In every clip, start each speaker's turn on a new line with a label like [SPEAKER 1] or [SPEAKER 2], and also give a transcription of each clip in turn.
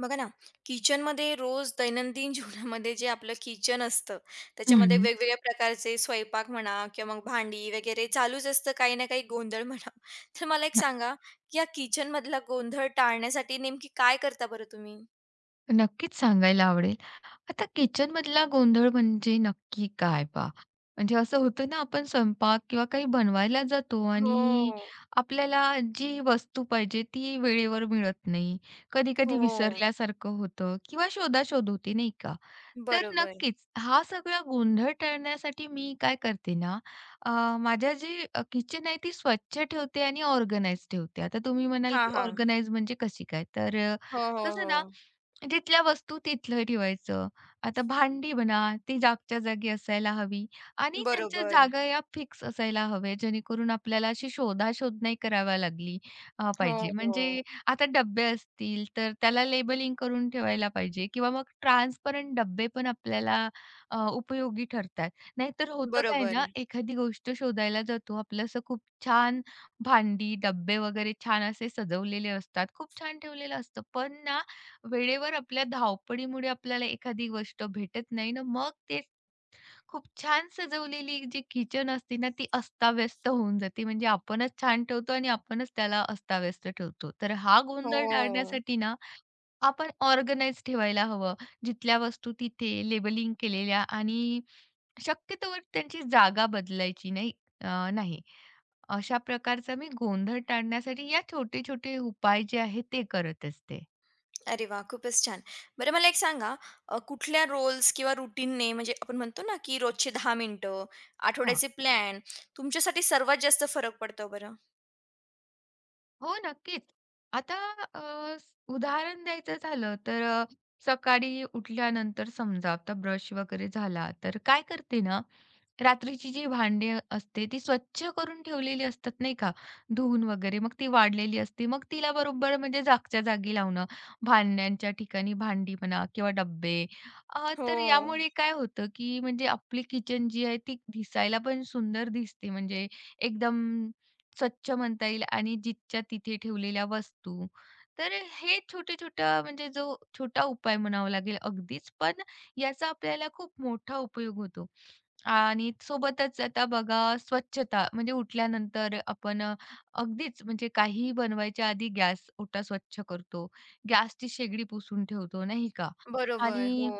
[SPEAKER 1] बघा ना, किचनमध्ये रोज दैनंदिन जीवनामध्ये जे आपलं किचन असतं, त्याच्यामध्ये
[SPEAKER 2] हं.
[SPEAKER 1] वेगवेगळ्या प्रकारचे स्वयंपाक म्हणा किंवा मग भांडी वगैरे चालूच असतं, काही ना काही गोंधळ म्हणा. तर मला एक
[SPEAKER 2] न
[SPEAKER 1] सांगा, या किचनमधला गोंधळ टाळण्यासाठी नेमकी काय करता बरं तुम्ही?
[SPEAKER 2] नक्कीच सांगायला आवडेल. आता किचनमधला गोंधळ म्हणजे नक्की काय बा? म्हणजे असं होतं ना, आपण स्वयंपाक किंवा काही बनवायला जातो
[SPEAKER 1] हो,
[SPEAKER 2] आणि आपल्याला जी वस्तू पाहिजे ती वेळेवर मिळत नाही. कधी-कधी
[SPEAKER 1] हो,
[SPEAKER 2] विसरल्यासारखं होतं किंवा शोधाशोध होते, नाही का? तर
[SPEAKER 1] बरोबर.
[SPEAKER 2] नक्कीच. हा सगळा गोंधळ टाळण्यासाठी मी काय करते ना, अ, माझ्या जी किचन आहे ती स्वच्छ ठेवते आणि ऑर्गनाइज ठेवते. आता तुम्ही म्हणाल,
[SPEAKER 1] हां,
[SPEAKER 2] की
[SPEAKER 1] हां.
[SPEAKER 2] ऑर्गनाइज म्हणजे कशी काय? तर
[SPEAKER 1] हो, हो,
[SPEAKER 2] कसं
[SPEAKER 1] हो.
[SPEAKER 2] ना, जिथल्या वस्तू तिथलं ठेवायचं. आता भांडी म्हणा, ती जागच्या जागी असायला हवी आणि त्यांच्या
[SPEAKER 1] बरोबर.
[SPEAKER 2] जागा या फिक्स असायला हव्या, जेणेकरून आपल्याला अशी शोधाशोध नाही करावी लागली
[SPEAKER 1] हो,
[SPEAKER 2] पाहिजे. म्हणजे
[SPEAKER 1] हो.
[SPEAKER 2] आता डब्बे असतील, तर त्याला लेबलिंग करून ठेवायला पाहिजे किंवा मग ट्रान्सपरंट डब्बे पण आपल्याला उपयोगी ठरतात. नाहीतर होतं काय ना,
[SPEAKER 1] बरोबर.
[SPEAKER 2] एखादी गोष्ट शोधायला जातो, आपलं असं खूप छान भांडी, डब्बे वगैरे छान असे सजवलेले असतात, खूप छान ठेवलेलं असतं. पण ना, वेळेवर आपल्या धावपळीमुळे आपल्याला एखादी गोष्ट भेटत नाही ना, मग ते खूप छान सजवलेली जी किचन असते ना, ती अस्ताव्यस्त होऊन जाते. म्हणजे आपणच छान ठेवतो आणि आपणच त्याला अस्ताव्यस्त ठेवतो. तर हा गोंधळ
[SPEAKER 1] हो.
[SPEAKER 2] टाळण्यासाठी ना, आपण ऑर्गनाइज ठेवायला हवं. जिथल्या वस्तू तिथे लेबलिंग केलेल्या आणि शक्यतोवर त्यांची जागा बदलायची नाही नाही. अशा प्रकारचा मी गोंधळ टाळण्यासाठी या छोटे-छोटे उपाय जे आहेत ते करत असते.
[SPEAKER 1] अरे वाह! खूपच छान. बरं मला एक सांगा, कुठल्या रोल्स किंवा रूटीनने म्हणजे आपण म्हणतो ना, की रोजचे 10 मिनिटं, आठवड्याचे प्लॅन तुमच्यासाठी सर्वात जास्त फरक पडतो बरं?
[SPEAKER 2] हो, नक्कीच. आता अ, उदाहरण द्यायचं झालं तर सकाळी उठल्यानंतर समजा आता ब्रश वगैरे झाला, तर काय करते ना, रात्रीची जी भांडी असते ती स्वच्छ करून ठेवलेली असतात नाही का, धुवून वगैरे. मग ती वाढलेली असते. मग तिला बरोबर म्हणजे जागच्या जागी लावणं, भांड्यांच्या ठिकाणी भांडी म्हणा किंवा डब्बे.
[SPEAKER 1] हो.
[SPEAKER 2] तर यामुळे काय होतं, की म्हणजे आपली किचन जी आहे ती दिसायला पण सुंदर दिसते. म्हणजे एकदम स्वच्छ म्हणता येईल आणि जिथच्या तिथे ठेवलेल्या वस्तू. तर हे छोट्या-छोट्या म्हणजे जो छोटा उपाय म्हणावा लागेल अगदीच, पण याचा आपल्याला खूप मोठा उपयोग होतो. आणि सोबतच आता बघा स्वच्छता म्हणजे उठल्यानंतर आपण अगदीच म्हणजे काहीही बनवायच्या आधी गॅस ओटा स्वच्छ करतो. गॅसची शेगडी पुसून ठेवतो, नाही का?
[SPEAKER 1] बरोबर. हो.
[SPEAKER 2] आणि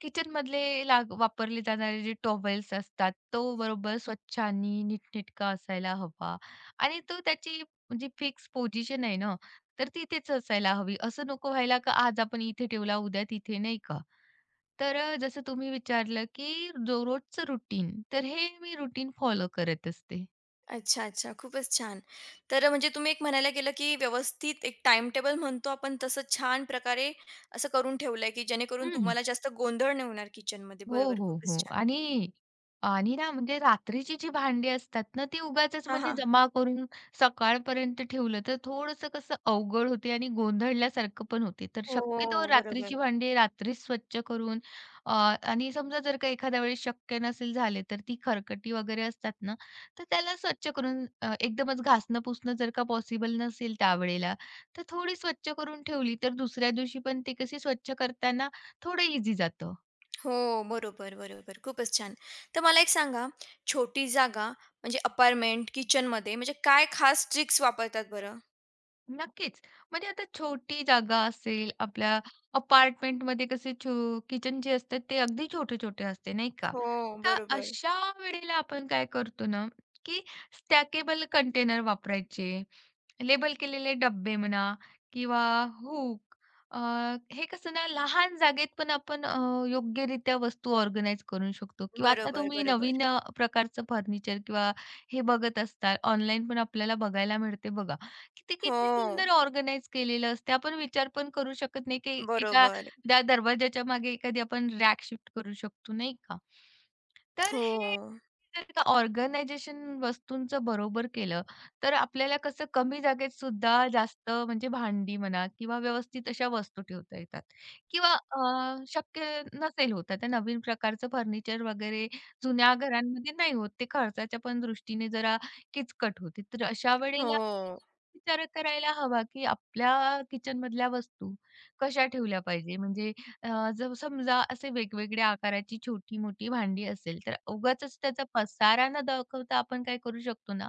[SPEAKER 2] किचनमधले वापरले जाणारे जे टॉवेल्स असतात, तो बरोबर स्वच्छ आणि नीटनेटका असायला हवा. आणि तो त्याची जी फिक्स पोझिशन आहे ना, तर ती तिथेच असायला हवी. असं नको व्हायला का आज आपण इथे ठेवला, उद्या तिथे, नाही का? तर जसं तुम्ही विचारलं, की जो रोजचं रुटीन, तर हे मी रुटीन फॉलो करत असते.
[SPEAKER 1] अच्छा, अच्छा. खूपच छान. तर म्हणजे तुम्ही एक म्हणायला गेलं, की व्यवस्थित एक टाइम टेबल म्हणतो आपण तसं छान प्रकारे असं करून ठेवलंय, की जेणेकरून
[SPEAKER 2] हं.
[SPEAKER 1] तुम्हाला जास्त गोंधळ नाही होणार किचनमध्ये.
[SPEAKER 2] हो,
[SPEAKER 1] बरोबर.
[SPEAKER 2] हो,
[SPEAKER 1] खूपच
[SPEAKER 2] हो.
[SPEAKER 1] छान.
[SPEAKER 2] आणि आणि ना म्हणजे रात्रीची जी भांडी असतात ना, ती उगाचच
[SPEAKER 1] हां,
[SPEAKER 2] म्हणजे
[SPEAKER 1] हां.
[SPEAKER 2] जमा करून सकाळपर्यंत ठेवलं तर थोडंसं कसं अवघड होते आणि गोंधळल्यासारखं पण होते. तर शक्यतो
[SPEAKER 1] हो,
[SPEAKER 2] रात्रीची
[SPEAKER 1] बरोबर.
[SPEAKER 2] भांडी रात्रीच स्वच्छ करून आणि समजा जर का एखाद्या वेळेस शक्य नसेल झाले, तर ती खरकटी वगैरे असतात ना, तर त्याला स्वच्छ करून एकदमच घासणं-पुसणं जर का पॉसिबल नसेल त्यावेळेला, तर थोडी स्वच्छ करून ठेवली तर दुसऱ्या दिवशी पण ती कशी स्वच्छ करताना थोडं इझी जातं.
[SPEAKER 1] हो, बरोबर, बरोबर. खूपच छान. तर मला एक सांगा, छोटी जागा म्हणजे अपार्टमेंट, किचनमध्ये म्हणजे काय खास ट्रिक्स वापरतात बरं?
[SPEAKER 2] नक्कीच. म्हणजे आता छोटी जागा असेल, आपल्या अपार्टमेंटमध्ये कसे किचन जे असतात ते अगदी छोटे-छोटे असते, नाही का?
[SPEAKER 1] हो,
[SPEAKER 2] तर
[SPEAKER 1] बरोबर.
[SPEAKER 2] अशा वेळेला आपण काय करतो ना, की स्टॅकेबल कंटेनर वापरायचे. लेबल केलेले डब्बे म्हणा किंवा हूक अ, हे कसं ना लहान जागेत पण आपण योग्यरित्या वस्तू ऑर्गनाइज करू शकतो किंवा आता
[SPEAKER 1] बरोबर,
[SPEAKER 2] तुम्ही
[SPEAKER 1] बरोबर.
[SPEAKER 2] नवीन प्रकारचं फर्निचर किंवा हे बघत असताल, ऑनलाईन पण आपल्याला बघायला मिळते बघा. की ते किती
[SPEAKER 1] हो,
[SPEAKER 2] सुंदर ऑर्गनाइज केलेलं असते. आपण विचार पण करू शकत नाही, की एका
[SPEAKER 1] बरोबर.
[SPEAKER 2] त्या दरवाजाच्या मागे एखादी आपण रॅक शिफ्ट करू शकतो, नाही का? तर हे
[SPEAKER 1] हो,
[SPEAKER 2] जर का ऑर्गनायझेशन वस्तूंचं बरोबर केलं, तर आपल्याला कसं कमी जागेत सुद्धा जास्त म्हणजे भांडी म्हणा किंवा व्यवस्थित अशा वस्तू ठेवता येतात किंवा शक्य नसेल होत आता नवीन प्रकारचं फर्निचर वगैरे जुन्या घरांमध्ये नाही होत. ते खर्चाच्या पण दृष्टीने जरा किचकट होते. तर अशा वेळेला
[SPEAKER 1] हो.
[SPEAKER 2] विचार करायला हवा, की आपल्या किचनमधल्या वस्तू कशा ठेवल्या पाहिजे? म्हणजे जर समजा असे वेगवेगळ्या आकाराची छोटी-मोठी भांडी असेल, तर उगाचच त्याचा पसारा न दाखवता आपण काय करू शकतो ना,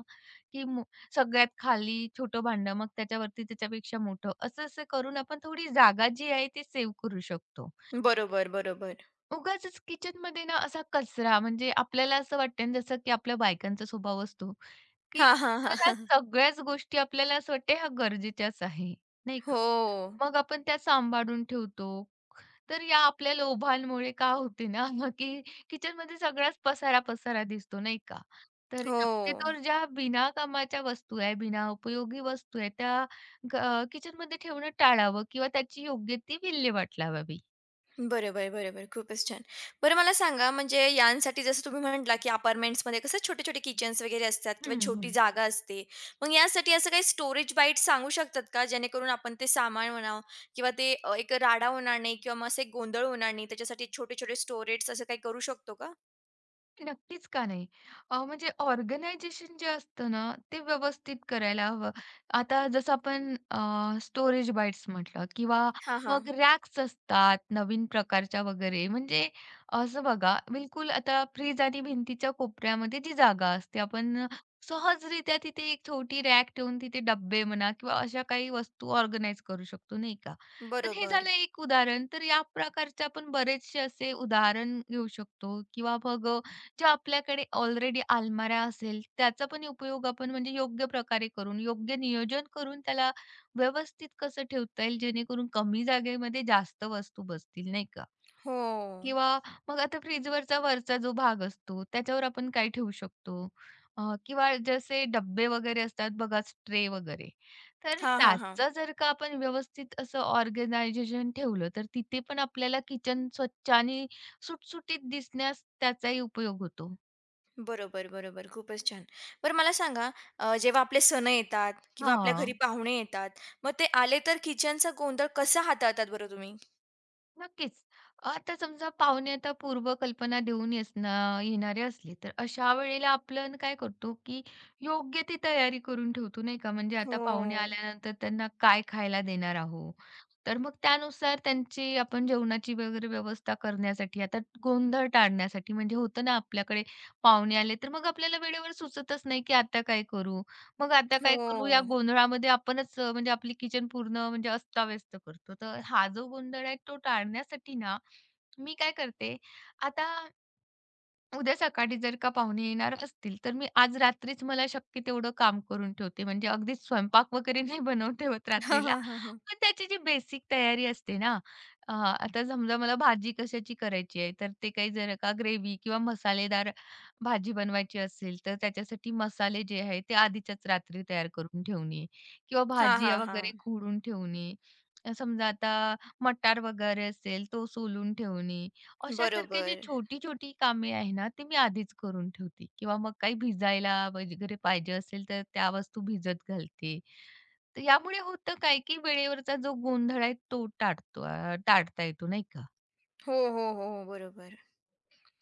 [SPEAKER 2] की सगळ्यात खाली छोटं भांडं, मग त्याच्यावरती त्याच्यापेक्षा मोठं, असं-असं करून आपण थोडी जागा जी आहे ती सेव्ह करू शकतो.
[SPEAKER 1] बरोबर, बरोबर.
[SPEAKER 2] उगाचच किचनमध्ये ना असा कचरा म्हणजे आपल्याला असं वाटतं ना जसं की आपल्या बायकांचा स्वभाव असतो, की
[SPEAKER 1] हा हा
[SPEAKER 2] आपल्याला
[SPEAKER 1] हां.
[SPEAKER 2] सगळ्याच गोष्टी आपल्याला असं वाटते ह्या गरजेच्याच आहे, नाही का?
[SPEAKER 1] हो,
[SPEAKER 2] मग आपण त्या सांभाळून ठेवतो. तर या आपल्या लोभांमुळे का होते ना की किचनमध्ये सगळाच पसारा-पसारा दिसतो, नाही का? तर
[SPEAKER 1] हो.
[SPEAKER 2] शक्यतोवर ज्या बिना कामाच्या वस्तू आहे, बिना उपयोगी वस्तू आहे त्या ग किचनमध्ये ठेवणं टाळावं किंवा त्याची योग्य ती विल्हेवाट लावावी.
[SPEAKER 1] बरोबर, बरोबर. खूपच छान. बरं मला सांगा म्हणजे यांसाठी जसं तुम्ही म्हटला, की अपार्टमेंट्समध्ये कसं छोटे-छोटे किचन्स वगैरे असतात किंवा
[SPEAKER 2] हं,
[SPEAKER 1] छोटी
[SPEAKER 2] हं.
[SPEAKER 1] जागा असते. मग यासाठी असं काही स्टोरेज बाईट सांगू शकतात का? जेणेकरून आपण ते सामान म्हणा किंवा ते एक राडा होणार नाही किंवा मग असे गोंधळ होणार नाही. त्याच्यासाठी छोटे-छोटे स्टोरेज असं काही करू शकतो का?
[SPEAKER 2] नक्कीच का नाही. म्हणजे ऑर्गनायझेशन जे असतं ना, ते व्यवस्थित करायला हवं. आता जसं आपण स्टोरेज बाईट्स म्हटलं किंवा
[SPEAKER 1] हां, हां.
[SPEAKER 2] मग रॅक्स असतात नवीन प्रकारच्या वगैरे. म्हणजे असं बघा बिलकुल आता फ्रिज आणि भिंतीच्या कोपऱ्यामध्ये जी जागा असते आपण सहजरित्या तिथे एक छोटी रॅक ठेवून तिथे डब्बे म्हणा किंवा अशा काही वस्तू ऑर्गनाइज करू शकतो, नाही का? तर हे
[SPEAKER 1] बरोबर.
[SPEAKER 2] झालं एक उदाहरण. तर या प्रकारचे आपण बरेचसे असे उदाहरण घेऊ शकतो किंवा मग ज्या आपल्याकडे ऑलरेडी अलमाऱ्या असेल, त्याचा पण उपयोग आपण म्हणजे योग्य प्रकारे करून, योग्य नियोजन करून त्याला व्यवस्थित कसं ठेवता येईल, जेणेकरून कमी जागेमध्ये जास्त वस्तू बसतील, नाही का?
[SPEAKER 1] हो.
[SPEAKER 2] किंवा मग आता फ्रीजवरचा वरचा जो भाग असतो, त्याच्यावर आपण काय ठेवू शकतो? किंवा जसे डब्बे वगैरे असतात बघा, ट्रे वगैरे, तर
[SPEAKER 1] हां, हां, हां.
[SPEAKER 2] त्याचं जर का आपण व्यवस्थित असं ऑर्गनायझेशन ठेवलं, तर तिथे पण आपल्याला किचन स्वच्छ आणि सुटसुटीत दिसण्यास त्याचाही उपयोग होतो.
[SPEAKER 1] बरोबर, बरोबर. खूपच छान. बरं मला सांगा जेव्हा आपले सण येतात किंवा आपल्या
[SPEAKER 2] हां,
[SPEAKER 1] घरी पाहुणे येतात, मग ते आले तर किचनचा गोंधळ कसा हाताळतात बरं तुम्ही?
[SPEAKER 2] नक्कीच. आता समजा पाहुणे आता पूर्वकल्पना देऊन येणारे असले, तर अशा वेळेला आपण काय करतो, की योग्य ती तयारी करून ठेवतो, नाही का. म्हणजे आता पाहुणे
[SPEAKER 1] हो,
[SPEAKER 2] आल्यानंतर त्यांना काय खायला देणार आहोत, तर मग त्यानुसार त्यांची आपण जेवणाची वगैरे व्यवस्था करण्यासाठी, आता गोंधळ टाळण्यासाठी म्हणजे होतं ना आपल्याकडे पाहुणे आले, तर मग आपल्याला वेळेवर सुचतच नाही, की आता काय करू. मग आता काय
[SPEAKER 1] हो.
[SPEAKER 2] करू या गोंधळामध्ये आपणच म्हणजे आपली किचन पूर्ण म्हणजे अस्ताव्यस्त करतो. तर हा जो गोंधळ आहे तो टाळण्यासाठी ना, मी काय करते, आता उद्या सकाळी जर का पाहुणे येणार असतील, तर मी आज रात्रीच मला शक्य तेवढं काम करून ठेवते. म्हणजे अगदीच स्वयंपाक वगैरे नाही बनवून ठेवत
[SPEAKER 1] हां,
[SPEAKER 2] रात्रीला.
[SPEAKER 1] हां, हां, हां.
[SPEAKER 2] पण त्याची जी बेसिक तयारी असते ना, आता समजा मला भाजी कशाची करायची आहे, तर ते काही जर का ग्रेव्ही किंवा मसालेदार भाजी बनवायची असेल, तर त्याच्यासाठी मसाले जे आहे ते आधीच्याच रात्री तयार करून ठेवणे किंवा
[SPEAKER 1] हां,
[SPEAKER 2] भाजी
[SPEAKER 1] हां,
[SPEAKER 2] वगैरे
[SPEAKER 1] हां.
[SPEAKER 2] खोडून ठेवणे. समजा आता मटार वगैरे असेल, तो सोलून ठेवणे अशासारखे जे
[SPEAKER 1] बरोबर.
[SPEAKER 2] छोटी-छोटी कामे आहे ना, ती मी आधीच करून ठेवते किंवा मग काही भिजायला वगैरे पाहिजे असेल, तर त्या वस्तू भिजत घालते. तर यामुळे होतं काय, की वेळेवरचा जो गोंधळ आहे तो टाळता येतो नाही का?
[SPEAKER 1] हो, हो, हो, हो. बरोबर.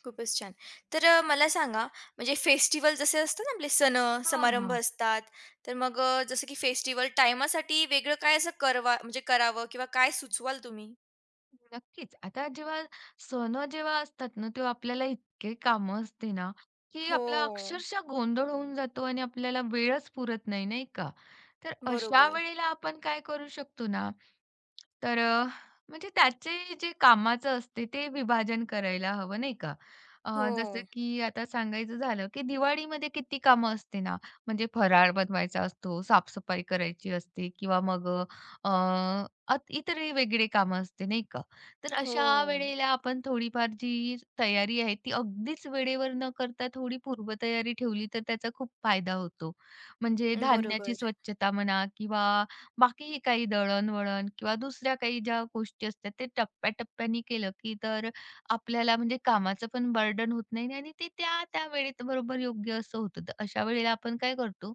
[SPEAKER 1] खूपच छान. तर मला सांगा म्हणजे फेस्टिव्हल जसे असतात ना आपले सण,
[SPEAKER 2] हा
[SPEAKER 1] समारंभ असतात, तर मग जसं की फेस्टिव्हल टाईमासाठी वेगळं काय असं करवा म्हणजे करावं किंवा काय सुचवाल तुम्ही?
[SPEAKER 2] नक्कीच. आता सण जेव्हा असतात ना, तेव्हा आपल्याला इतके कामं असते ना, की
[SPEAKER 1] हो.
[SPEAKER 2] आपला अक्षरशः गोंधळ होऊन जातो आणि आपल्याला वेळच पुरत नाही, नाही का? तर अशा
[SPEAKER 1] बरोबर.
[SPEAKER 2] वेळेला आपण काय करू शकतो ना, तर म्हणजे त्याचे जे कामाचं असते ते विभाजन करायला हवं, नाही का? जसं
[SPEAKER 1] हो.
[SPEAKER 2] की आता सांगायचं झालं, की दिवाळीमध्ये किती कामं असते ना, म्हणजे फराळ बनवायचा असतो, साफसफाई करायची असते किंवा मग अ, अ, इतरही वेगळी कामं असते, नाही का? तर
[SPEAKER 1] हो.
[SPEAKER 2] अशा वेळेला आपण थोडीफार जी तयारी आहे ती अगदीच वेळेवर न करता थोडी पूर्वतयारी ठेवली तर त्याचा खूप फायदा होतो. म्हणजे
[SPEAKER 1] बरोबर,
[SPEAKER 2] धान्याची स्वच्छता म्हणा किंवा बाकीही काही दळणवळण किंवा दुसऱ्या काही ज्या गोष्टी असतात ते टप्प्याटप्प्याने केलं की तर आपल्याला म्हणजे कामाचं पण बर्डन होत नाही आणि ते त्या त्या वेळेत बरोबर योग्य असं होतं. तर अशा वेळेला आपण काय करतो,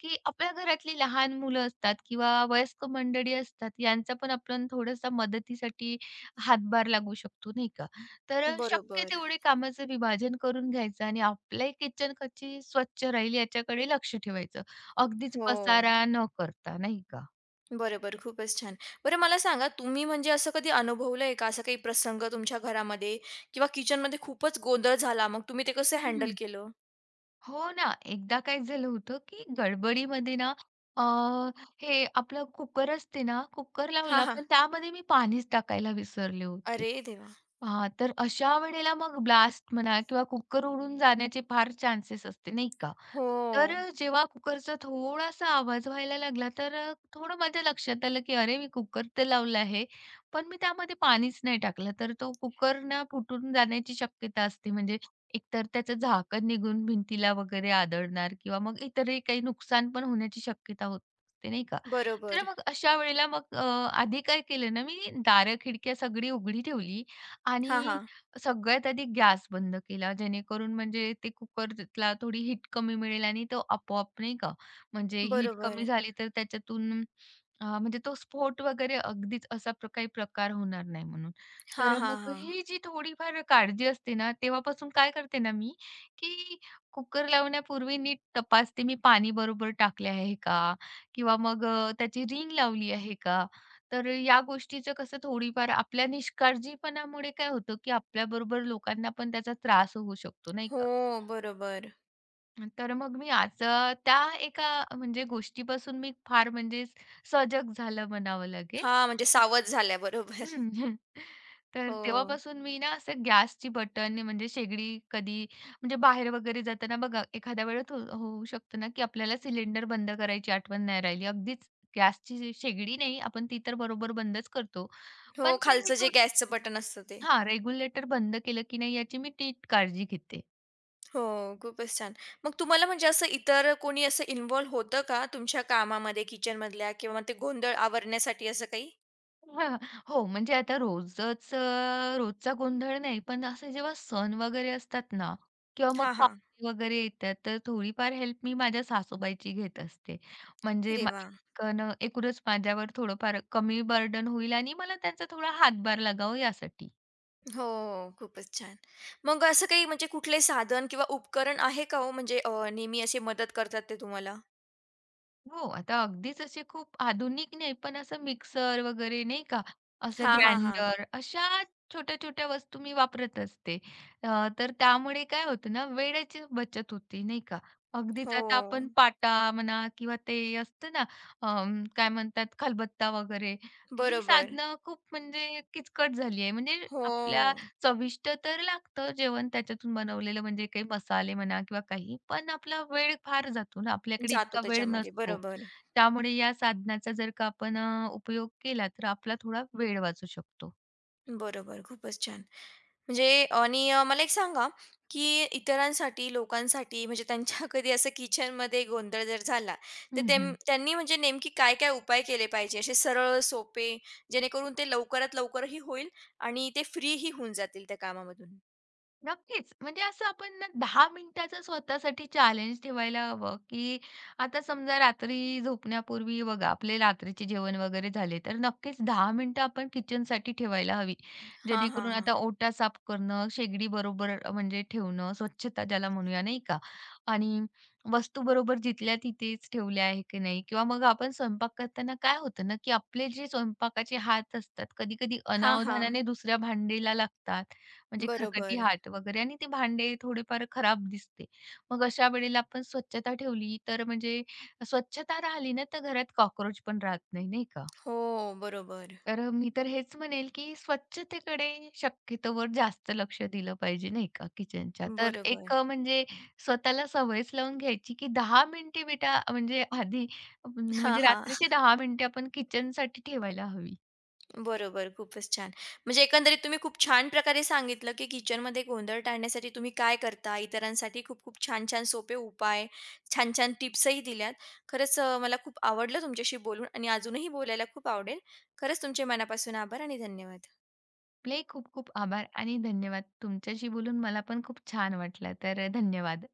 [SPEAKER 2] की आपल्या घरातली लहान मुलं असतात किंवा वयस्क मंडळी असतात यांचा पण आपण थोडासा मदतीसाठी हातभार लागू शकतो, नाही का? तर शक्य
[SPEAKER 1] बरोबर.
[SPEAKER 2] तेवढे कामाचं विभाजन करून घ्यायचं आणि आपली किचन कशी स्वच्छ राहील याच्याकडे लक्ष ठेवायचं. अगदीच
[SPEAKER 1] हो,
[SPEAKER 2] पसारा न करता, नाही का?
[SPEAKER 1] बरोबर. खूपच छान. बरं मला सांगा तुम्ही म्हणजे असं कधी अनुभवलंय का असा काही प्रसंग तुमच्या घरामध्ये किंवा किचनमध्ये खूपच गोंधळ झाला मग तुम्ही ते कसं हँडल
[SPEAKER 2] हम्म.
[SPEAKER 1] केलं?
[SPEAKER 2] हो ना, एकदा काय झालं होतं, की गडबडीमध्ये ना अ, हे आपलं कुकर असते ना, कुकर
[SPEAKER 1] हां,
[SPEAKER 2] लावला
[SPEAKER 1] हां.
[SPEAKER 2] पण त्यामध्ये मी पाणीच टाकायला विसरले होते.
[SPEAKER 1] अरे देवा!
[SPEAKER 2] हां, तर अशा वेळेला मग ब्लास्ट म्हणा किंवा कुकर उडून जाण्याचे फार चान्सेस असते, नाही का?
[SPEAKER 1] हो,
[SPEAKER 2] तर जेव्हा कुकरचा थोडासा आवाज व्हायला लागला, तर थोडं माझ्या लक्षात आलं, की अरे मी कुकर तर लावला आहे, पण मी त्यामध्ये पाणीच नाही टाकलं. तर तो कुकर ना फुटून जाण्याची शक्यता असते म्हणजे एकतर त्याचं झाकण निघून भिंतीला वगैरे आदळणार किंवा मग इतरही काही नुकसान पण होण्याची शक्यता होत असते नाही का? तर
[SPEAKER 1] बरोबर.
[SPEAKER 2] मग अशा वेळेला आधी काय केलं ना मी दारं, खिडक्या सगळी उघडी ठेवली
[SPEAKER 1] हां,
[SPEAKER 2] आणि
[SPEAKER 1] हां.
[SPEAKER 2] सगळ्यात आधी गॅस बंद केला. जेणेकरून म्हणजे ते कुकरला थोडी हीट कमी मिळेल आणि तो आपोआप नाही का म्हणजे हीट कमी
[SPEAKER 1] बरोबर.
[SPEAKER 2] झाली तर त्याच्यातून म्हणजे तो स्फोट वगैरे अगदीच असा काही प्रकार होणार नाही म्हणून.
[SPEAKER 1] हां,
[SPEAKER 2] तर
[SPEAKER 1] हां,
[SPEAKER 2] मग
[SPEAKER 1] हां.
[SPEAKER 2] ही जी थोडीफार काळजी असते ना, तेव्हापासून काय करते ना मी, की कुकर लावण्यापूर्वी नीट तपासते मी पाणी बरोबर टाकले आहे का? किंवा मग त्याची रिंग लावली आहे का? तर या गोष्टीचं कसं थोडीफार आपल्या निष्काळजीपणामुळे काय होतं, की आपल्याबरोबर लोकांना पण त्याचा त्रास होऊ शकतो, नाही
[SPEAKER 1] हो,
[SPEAKER 2] का?
[SPEAKER 1] बरोबर.
[SPEAKER 2] तर मग मी आज त्या एका म्हणजे गोष्टीपासून मी फार म्हणजे सजग झालं म्हणावं लागेल.
[SPEAKER 1] हां, म्हणजे सावध झाल्या बरोबर.
[SPEAKER 2] हं. तर
[SPEAKER 1] हो.
[SPEAKER 2] तेव्हापासून मी ना असं गॅसची बटन म्हणजे शेगडी कधी म्हणजे बाहेर वगैरे जाताना बघा एखाद्या वेळेत हो होऊ शकतं ना, की आपल्याला सिलेंडर बंद करायची आठवण नाही राहिली. अगदीच गॅसची जी शेगडी नाही, आपण ती तर बरोबर बंदच करतो.
[SPEAKER 1] हो,
[SPEAKER 2] पण काही हे
[SPEAKER 1] खालचं जे गॅसचं बटन असतं ते.
[SPEAKER 2] हां, रेग्युलेटर बंद केलं की नाही याची मी नीट काळजी घेते.
[SPEAKER 1] हो, खूपच छान. मग तुम्हाला म्हणजे असं इतर कोणी असं इन्व्हॉल्व होतं का तुमच्या कामामध्ये किचनमधल्या किंवा मग ते गोंधळ आवरण्यासाठी असं काही?
[SPEAKER 2] हां. हो, म्हणजे आता रोजचा गोंधळ नाही, पण असं जेव्हा सण वगैरे असतात ना किंवा मग
[SPEAKER 1] हां, हां.
[SPEAKER 2] पाहुणे वगैरे येतात, तर थोडीफार हेल्प मी माझ्या सासूबाईची घेत असते. म्हणजे
[SPEAKER 1] अरे वाह!
[SPEAKER 2] एकूणच माझ्यावर थोडंफार कमी बर्डन होईल आणि मला त्यांचा थोडा हातभार लागावा यासाठी.
[SPEAKER 1] हो, हो. खूपच छान. मग असं काही म्हणजे कुठले साधन किंवा उपकरण आहे का हो म्हणजे नेहमी अशी मदत करतात ते तुम्हाला?
[SPEAKER 2] हो, आता अगदीच असे खूप आधुनिक नाही, पण असं मिक्सर वगैरे नाही का, असं
[SPEAKER 1] हां, हां, हां.
[SPEAKER 2] ग्राइंडर अशा छोट्या-छोट्या वस्तू मी वापरत असते. अ, तर त्यामुळे काय होतं ना, वेळेची बचत होती नाही का. अगदीच
[SPEAKER 1] हो,
[SPEAKER 2] आता आपण पाटा म्हणा किंवा ते असतं ना, काय म्हणतात खलबत्ता वगैरे, ही
[SPEAKER 1] बरोबर.
[SPEAKER 2] साधनं खूप म्हणजे किचकट झाली आहे. म्हणजे
[SPEAKER 1] हो,
[SPEAKER 2] आपल्या चविष्ट तर लागतं जेवण त्याच्यातून बनवलेलं म्हणजे काही मसाले म्हणा किंवा काही. पण आपला वेळ फार जातो ना, आपल्याकडे
[SPEAKER 1] जातो
[SPEAKER 2] इतका वेळ
[SPEAKER 1] त्याच्यामध्ये.
[SPEAKER 2] नसतो.
[SPEAKER 1] बरोबर,
[SPEAKER 2] त्यामुळे या साधनाचा जर का आपण उपयोग केला तर आपला थोडा वेळ वाचू शकतो.
[SPEAKER 1] बरोबर. खूपच छान. म्हणजे आणि मला एक सांगा, की इतरांसाठी, लोकांसाठी म्हणजे त्यांच्या कधी असं किचनमध्ये गोंधळ जर झाला, तर
[SPEAKER 2] हं,
[SPEAKER 1] तेम
[SPEAKER 2] हं.
[SPEAKER 1] त्यांनी म्हणजे नेमकी काय-काय उपाय केले पाहिजे? असे सरळ, सोपे, जेणेकरून ते लवकरात लवकरही होईल आणि ते फ्रीही होऊन जातील त्या कामामधून.
[SPEAKER 2] नक्कीच. म्हणजे असं आपण ना 10 मिनिटाचं स्वतःसाठी चॅलेंज ठेवायला हवं, की आता समजा रात्री झोपण्यापूर्वी बघा आपले रात्रीचे जेवण वगैरे झाले, तर नक्कीच 10 मिनिटं आपण किचनसाठी ठेवायला हवी.
[SPEAKER 1] हां, हां,
[SPEAKER 2] जेणेकरून आता
[SPEAKER 1] हां.
[SPEAKER 2] ओटा साफ करणं, शेगडी बरोबर म्हणजे ठेवणं, स्वच्छता ज्याला म्हणूया नाही का? आणि वस्तू बरोबर जिथल्या तिथेच ठेवल्या आहे की नाही? किंवा मग आपण स्वयंपाक करताना काय होतं ना, की आपले जे स्वयंपाकाचे हात असतात, कधी-कधी
[SPEAKER 1] हां, हां.
[SPEAKER 2] अनावधानाने दुसऱ्या भांडीला लागतात. म्हणजे खरकटी
[SPEAKER 1] बरोबर.
[SPEAKER 2] हात वगैरे आणि ते भांडे थोडेफार खराब दिसते. मग अशा वेळेला आपण स्वच्छता ठेवली तर म्हणजे स्वच्छता राहिली ना, तर घरात कॉकरोच पण राहत नाही, नाही का?
[SPEAKER 1] हो, बरोबर.
[SPEAKER 2] तर मी तर हेच म्हणेल, की स्वच्छतेकडे शक्यतोवर जास्त लक्ष दिलं पाहिजे, नाही का, किचनच्या. तर
[SPEAKER 1] बरोबर.
[SPEAKER 2] एक म्हणजे स्वतःला सवयच लावून घ्यायची, की 10 मिनिटे बेटा म्हणजे आधी
[SPEAKER 1] हां,
[SPEAKER 2] म्हणजे
[SPEAKER 1] हां.
[SPEAKER 2] रात्रीची 10 मिनिटे आपण किचनसाठी ठेवायला हवी.
[SPEAKER 1] बरोबर. खूपच छान. म्हणजे एकंदरीत तुम्ही खूप छान प्रकारे सांगितलं, की किचनमध्ये गोंधळ टाळण्यासाठी तुम्ही काय करता? इतरांसाठी खूप-खूप छान-छान सोपे उपाय, छान-छान टिप्सही दिल्यात. खरंच मला खूप आवडलं तुमच्याशी बोलून आणि अजूनही बोलायला खूप आवडेल. खरंच तुमचे मनापासून आभार आणि धन्यवाद.
[SPEAKER 2] आपले खूप खूप आभार आणि धन्यवाद. तुमच्याशी बोलून मला पण खूप छान वाटलं. तर धन्यवाद.